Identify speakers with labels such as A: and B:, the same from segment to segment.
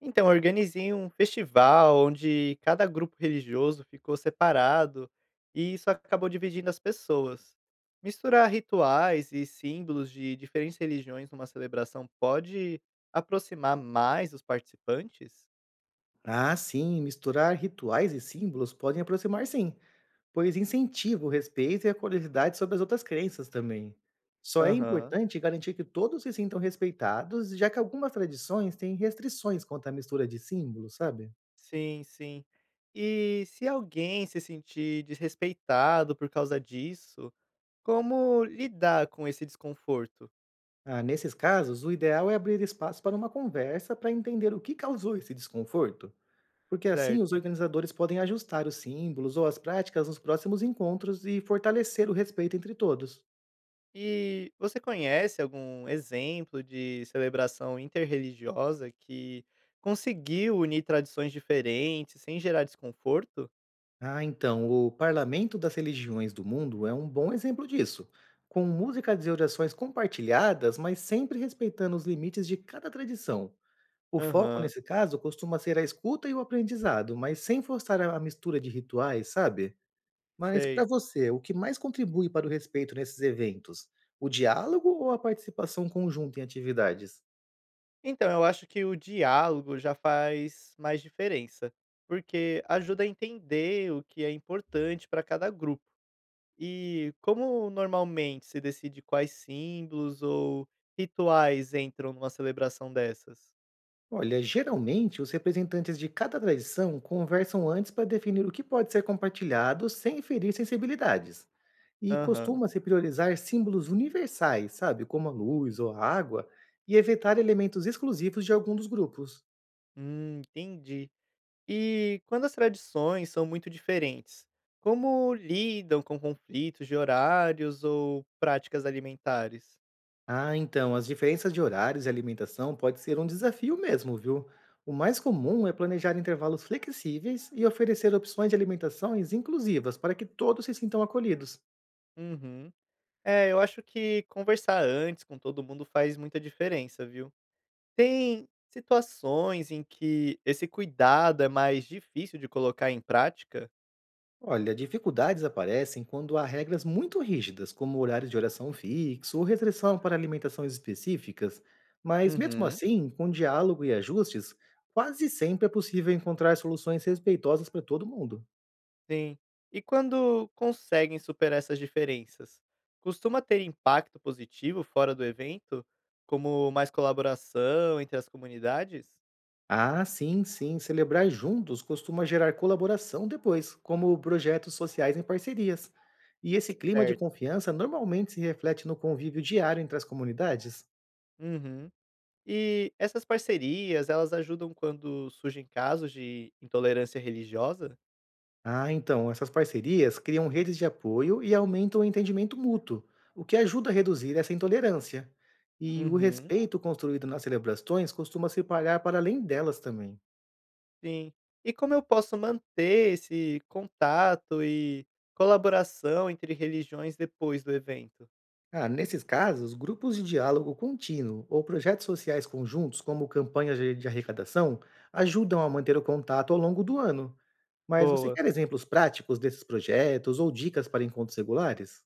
A: Então, eu organizei um festival onde cada grupo religioso ficou separado e isso acabou dividindo as pessoas. Misturar rituais e símbolos de diferentes religiões numa celebração pode aproximar mais os participantes?
B: Ah, sim, misturar rituais e símbolos podem aproximar sim, pois incentiva o respeito e a curiosidade sobre as outras crenças também. Só é
A: Aham.
B: importante garantir que todos se sintam respeitados, já que algumas tradições têm restrições quanto à mistura de símbolos, sabe?
A: Sim, sim. E se alguém se sentir desrespeitado por causa disso, como lidar com esse desconforto?
B: Ah, nesses casos, o ideal é abrir espaço para uma conversa para entender o que causou esse desconforto, porque assim os
A: Certo.
B: organizadores podem ajustar os símbolos ou as práticas nos próximos encontros e fortalecer o respeito entre todos.
A: E você conhece algum exemplo de celebração interreligiosa que conseguiu unir tradições diferentes sem gerar desconforto?
B: Ah, então, o Parlamento das Religiões do Mundo é um bom exemplo disso, com músicas e orações compartilhadas, mas sempre respeitando os limites de cada tradição. O foco,
A: Aham,
B: nesse caso, costuma ser a escuta e o aprendizado, mas sem forçar a mistura de rituais, sabe? Mas para
A: sei.
B: você, o que mais contribui para o respeito nesses eventos? O diálogo ou a participação conjunta em atividades?
A: Então, eu acho que o diálogo já faz mais diferença, porque ajuda a entender o que é importante para cada grupo. E como normalmente se decide quais símbolos ou rituais entram numa celebração dessas?
B: Olha, geralmente os representantes de cada tradição conversam antes para definir o que pode ser compartilhado sem ferir sensibilidades. E
A: Aham,
B: costuma-se priorizar símbolos universais, sabe, como a luz ou a água, e evitar elementos exclusivos de algum dos grupos.
A: entendi. E quando as tradições são muito diferentes, como lidam com conflitos de horários ou práticas alimentares?
B: Ah, então, as diferenças de horários e alimentação pode ser um desafio mesmo, viu? O mais comum é planejar intervalos flexíveis e oferecer opções de alimentações inclusivas para que todos se sintam acolhidos.
A: Uhum. É, eu acho que conversar antes com todo mundo faz muita diferença, viu? Tem situações em que esse cuidado é mais difícil de colocar em prática?
B: Olha, dificuldades aparecem quando há regras muito rígidas, como horários de oração fixo ou restrição para alimentações específicas, mas mesmo
A: Uhum.
B: assim, com diálogo e ajustes, quase sempre é possível encontrar soluções respeitosas para todo mundo.
A: Sim. E quando conseguem superar essas diferenças, costuma ter impacto positivo fora do evento, como mais colaboração entre as comunidades?
B: Ah, sim, sim, celebrar juntos costuma gerar colaboração depois, como projetos sociais em parcerias. E esse clima de
A: Certo.
B: confiança normalmente se reflete no convívio diário entre as comunidades.
A: Uhum. E essas parcerias, elas ajudam quando surgem casos de intolerância religiosa?
B: Ah, então, essas parcerias criam redes de apoio e aumentam o entendimento mútuo, o que ajuda a reduzir essa intolerância. E o
A: Uhum.
B: respeito construído nas celebrações costuma se espalhar para além delas também.
A: Sim. E como eu posso manter esse contato e colaboração entre religiões depois do evento?
B: Ah, nesses casos, grupos de diálogo contínuo ou projetos sociais conjuntos, como campanhas de arrecadação, ajudam a manter o contato ao longo do ano. Mas você
A: Boa.
B: quer exemplos práticos desses projetos ou dicas para encontros regulares?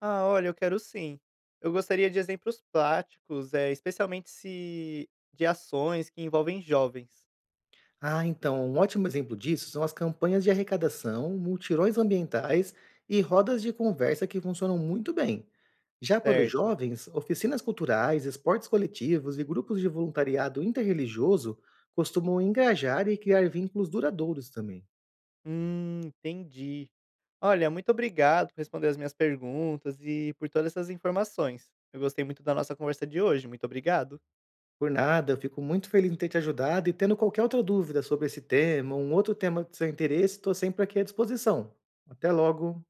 A: Ah, olha, eu quero sim. Eu gostaria de exemplos práticos, é especialmente se de ações que envolvem jovens,
B: Ah, então, um ótimo exemplo disso são as campanhas de arrecadação, multirões ambientais e rodas de conversa que funcionam muito bem. Já para os
A: certo?
B: jovens, oficinas culturais, esportes coletivos e grupos de voluntariado interreligioso costumam engajar e criar vínculos duradouros também.
A: Entendi. Olha, muito obrigado por responder as minhas perguntas e por todas essas informações. Eu gostei muito da nossa conversa de hoje. Muito obrigado.
B: Por nada, eu fico muito feliz em ter te ajudado e tendo qualquer outra dúvida sobre esse tema, um outro tema de seu interesse, estou sempre aqui à disposição. Até logo!